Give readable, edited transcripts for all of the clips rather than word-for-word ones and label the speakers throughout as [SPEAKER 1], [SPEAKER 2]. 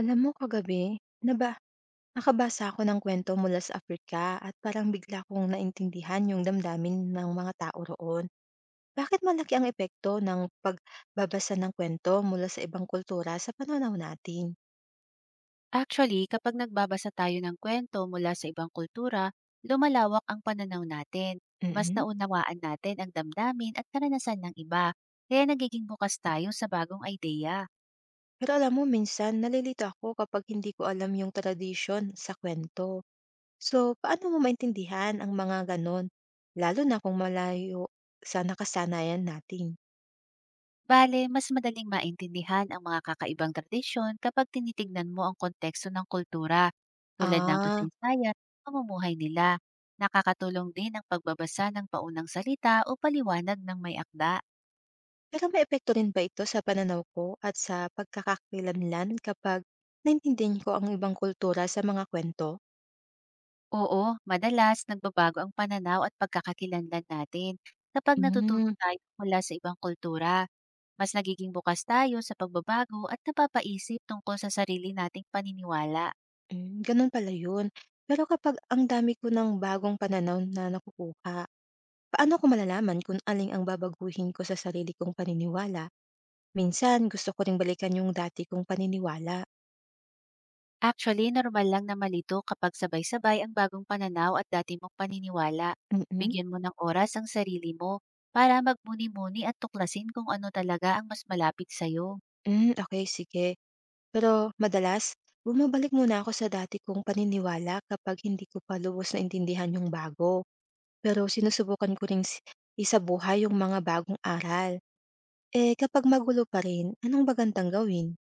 [SPEAKER 1] Alam mo kagabi, nakabasa ako ng kwento mula sa Afrika at parang bigla kong naintindihan yung damdamin ng mga tao roon. Bakit malaki ang epekto ng pagbabasa ng kwento mula sa ibang kultura sa pananaw natin?
[SPEAKER 2] Actually, kapag nagbabasa tayo ng kwento mula sa ibang kultura, lumalawak ang pananaw natin. Mas
[SPEAKER 1] Mm.
[SPEAKER 2] naunawaan natin ang damdamin at karanasan ng iba, kaya nagiging bukas tayo sa bagong ideya.
[SPEAKER 1] Pero alam mo minsan nalilito ako kapag hindi ko alam yung tradisyon sa kwento. So, paano mo maintindihan ang mga ganon? Lalo na kung malayo sa nakasanayan natin.
[SPEAKER 2] Bale, mas madaling maintindihan ang mga kakaibang tradisyon kapag tinitignan mo ang konteksto ng kultura, tulad ng
[SPEAKER 1] Ah.
[SPEAKER 2] kasaysayan, at pamumuhay nila. Nakakatulong din ang pagbabasa ng paunang salita o paliwanag ng may akda.
[SPEAKER 1] Pero may epekto rin ba ito sa pananaw ko at sa pagkakakilanlan kapag naintindihan ko ang ibang kultura sa mga kwento?
[SPEAKER 2] Oo, madalas nagbabago ang pananaw at pagkakakilanlan natin kapag natututo
[SPEAKER 1] Hmm,
[SPEAKER 2] tayo mula sa ibang kultura. Mas nagiging bukas tayo sa pagbabago at napapaisip tungkol sa sarili nating paniniwala.
[SPEAKER 1] hmm, ganun pala yun. Pero kapag ang dami ko ng bagong pananaw na nakukuha, paano ko malalaman kung aling ang babaguhin ko sa sarili kong paniniwala? Minsan, gusto ko ring balikan yung dati kong paniniwala.
[SPEAKER 2] Actually, normal lang na malito kapag sabay-sabay ang bagong pananaw at dati mong paniniwala.
[SPEAKER 1] Mm-mm.
[SPEAKER 2] Bigyan mo ng oras ang sarili mo para magmuni-muni at tuklasin kung ano talaga ang mas malapit sa'yo.
[SPEAKER 1] Mm, okay, sige. Pero madalas, bumabalik muna ako sa dati kong paniniwala kapag hindi ko pa lubos na intindihan yung bago. Pero sinusubukan ko ring isabuhay yung mga bagong aral. Eh, kapag magulo pa rin, anong magandang gawin?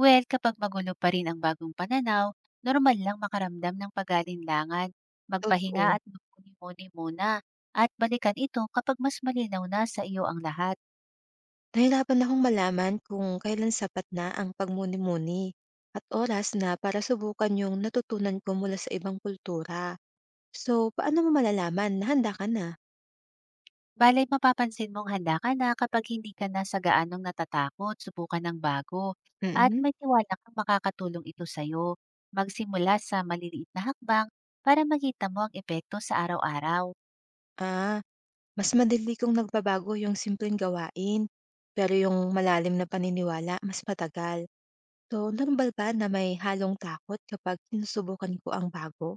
[SPEAKER 2] Well, kapag magulo pa rin ang bagong pananaw, normal lang makaramdam ng pag-alinlangan, magpahinga
[SPEAKER 1] Totoo.
[SPEAKER 2] at magmuni-muni muna, at balikan ito kapag mas malinaw na sa iyo ang lahat.
[SPEAKER 1] Nahirapan akong malaman kung kailan sapat na ang pagmuni-muni at oras na para subukan yung natutunan ko mula sa ibang kultura. So, paano mo malalaman na handa ka na?
[SPEAKER 2] Balay mapapansin mong handa ka na kapag hindi ka na sa gaanong natatakot, subukan ng bago, at
[SPEAKER 1] Mm.
[SPEAKER 2] may tiwala kang makakatulong ito sa iyo. Magsimula sa maliliit na hakbang para makita mo ang epekto sa araw-araw.
[SPEAKER 1] Ah, mas madali kung nagbabago yung simpleng gawain, pero yung malalim na paniniwala mas matagal. So, normal ba na may halong takot kapag sinusubukan ko ang bago?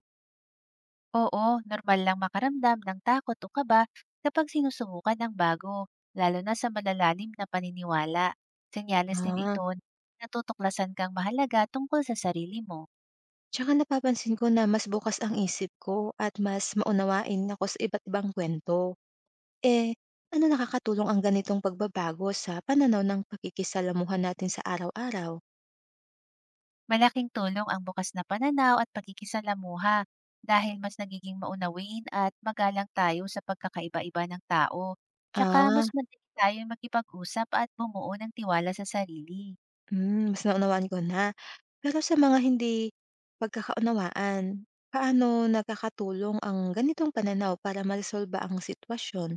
[SPEAKER 2] Oo, normal lang makaramdam ng takot o kaba kapag sinusubukan ang bago, lalo na sa malalalim na paniniwala. Senyales din
[SPEAKER 1] Ah,
[SPEAKER 2] ito na natutuklasan kang mahalaga tungkol sa sarili mo.
[SPEAKER 1] tsaka napapansin ko na mas bukas ang isip ko at mas maunawain ako sa iba't ibang kwento. Eh, ano nakakatulong ang ganitong pagbabago sa pananaw ng pakikisalamuhan natin sa araw-araw?
[SPEAKER 2] Malaking tulong ang bukas na pananaw at pagkikisalamuha dahil mas nagiging maunawain at magalang tayo sa pagkakaiba-iba ng tao. Tsaka
[SPEAKER 1] Ah,
[SPEAKER 2] mas madali tayong makipag-usap at bumuo ng tiwala sa sarili.
[SPEAKER 1] mm, mas naunawaan ko na. Pero sa mga hindi pagkakaunawaan, paano nakakatulong ang ganitong pananaw para maresolba ang sitwasyon?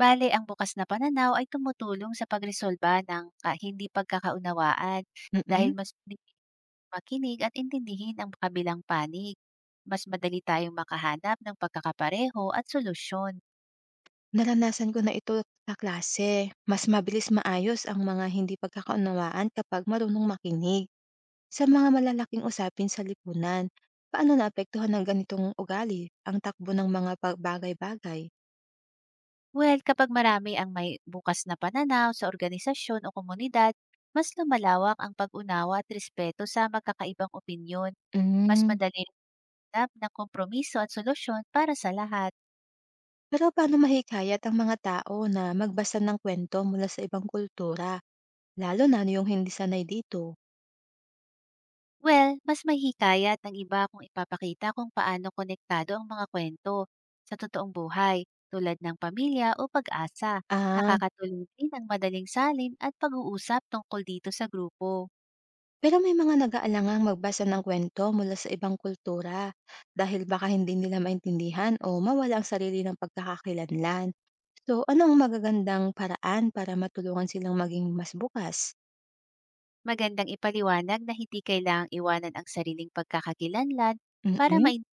[SPEAKER 2] Bale, ang bukas na pananaw ay tumutulong sa pagresolba ng hindi pagkakaunawaan dahil
[SPEAKER 1] Mm.
[SPEAKER 2] mas madaling makinig at intindihin ang kabilang panig. Mas madali tayong makahanap ng pagkakapareho at solusyon.
[SPEAKER 1] Naranasan ko na ito sa klase. Mas mabilis maayos ang mga hindi pagkakaunawaan kapag marunong makinig sa mga malalaking usapin sa lipunan. Paano naapektuhan ng ganitong ugali ang takbo ng mga bagay-bagay?
[SPEAKER 2] Well, kapag marami ang may bukas na pananaw sa organisasyon o komunidad, mas lumalawak ang pag-unawa at respeto sa magkakaibang opinyon. Mas
[SPEAKER 1] Mm.
[SPEAKER 2] madali hanap ng kompromiso at solusyon para sa lahat.
[SPEAKER 1] Pero paano mahikayat ang mga tao na magbasa ng kwento mula sa ibang kultura, lalo na yung hindi sanay dito?
[SPEAKER 2] Well, mas mahihikayat ng iba kung ipapakita kung paano konektado ang mga kwento sa totoong buhay tulad ng pamilya o pag-asa.
[SPEAKER 1] Ah.
[SPEAKER 2] Nakakatulong din ang madaling salin at pag-uusap tungkol dito sa grupo.
[SPEAKER 1] Pero may mga nag-aalangang magbasa ng kwento mula sa ibang kultura dahil baka hindi nila maintindihan o mawala ang sarili ng pagkakakilanlan. So, anong magagandang paraan para matulungan silang maging mas bukas?
[SPEAKER 2] Magandang ipaliwanag na hindi kailangang iwanan ang sariling pagkakakilanlan para
[SPEAKER 1] Mm-mm.
[SPEAKER 2] maintindihan.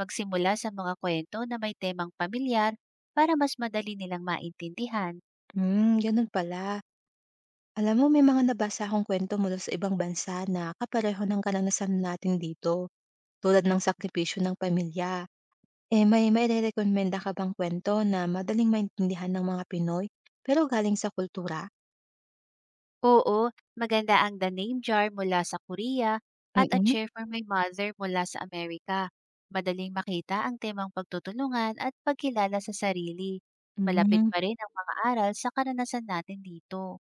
[SPEAKER 2] Magsimula sa mga kwento na may temang pamilyar para mas madali nilang maintindihan.
[SPEAKER 1] Hmm, ganun pala. Alam mo, may mga nabasa akong kwento mula sa ibang bansa na kapareho ng karanasan natin dito, tulad ng sakripisyo ng pamilya. Eh, may recommenda ka bang kwento na madaling maintindihan ng mga Pinoy pero galing sa kultura?
[SPEAKER 2] Oo, maganda ang The Name Jar mula sa Korea at A
[SPEAKER 1] Mm-mm.
[SPEAKER 2] Chair for My Mother mula sa Amerika. Madaling makita ang temang pagtutulungan at pagkilala sa sarili. Malapit
[SPEAKER 1] Hmm.
[SPEAKER 2] pa rin ang mga aral sa karanasan natin dito.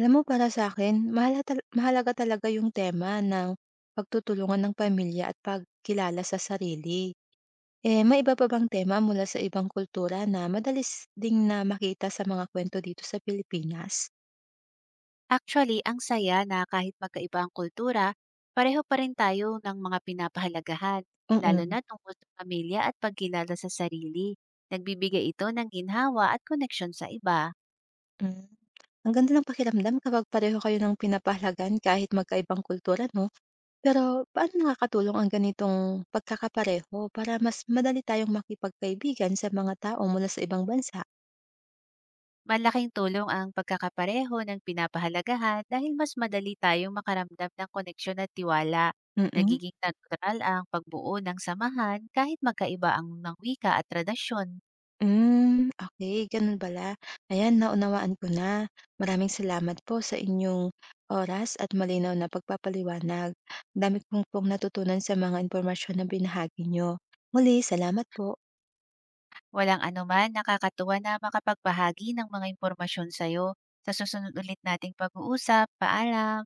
[SPEAKER 1] Alam mo para sa'kin mahalaga talaga yung tema ng pagtutulungan ng pamilya at pagkilala sa sarili. Eh, may iba pa bang tema mula sa ibang kultura na madalis ding na makita sa mga kwento dito sa Pilipinas?
[SPEAKER 2] Actually, ang saya na kahit magkaiba ang kultura, pareho pa rin tayo ng mga pinapahalagahan, lalo
[SPEAKER 1] Oo.
[SPEAKER 2] na tungkol sa pamilya at pagkilala sa sarili. Nagbibigay ito ng ginhawa at koneksyon sa iba.
[SPEAKER 1] Mm, hmm. Ang ganda ng pakiramdam kapag pareho kayo ng pinapahalagan kahit magkaibang kultura 'no? Pero paano nakakatulong ang ganitong pagkakapareho para mas madali tayong makipagkaibigan sa mga tao mula sa ibang bansa?
[SPEAKER 2] Malaking tulong ang pagkakapareho ng pinapahalagahan dahil mas madali tayong makaramdam ng koneksyon at tiwala.
[SPEAKER 1] Mm.
[SPEAKER 2] Nagiging natural ang pagbuo ng samahan kahit magkaiba ang ng wika at tradisyon.
[SPEAKER 1] Hmm, okay, gano'n pala. Ayan naunawaan ko na. Maraming salamat po sa inyong oras at malinaw na pagpapaliwanag. Dami ko pong natutunan sa mga impormasyon na binahagi nyo. Muli salamat po.
[SPEAKER 2] Walang anuman, nakakatuwa na makapagbahagi ng mga impormasyon sa'yo. Sa susunod ulit nating pag-uusap, paalam!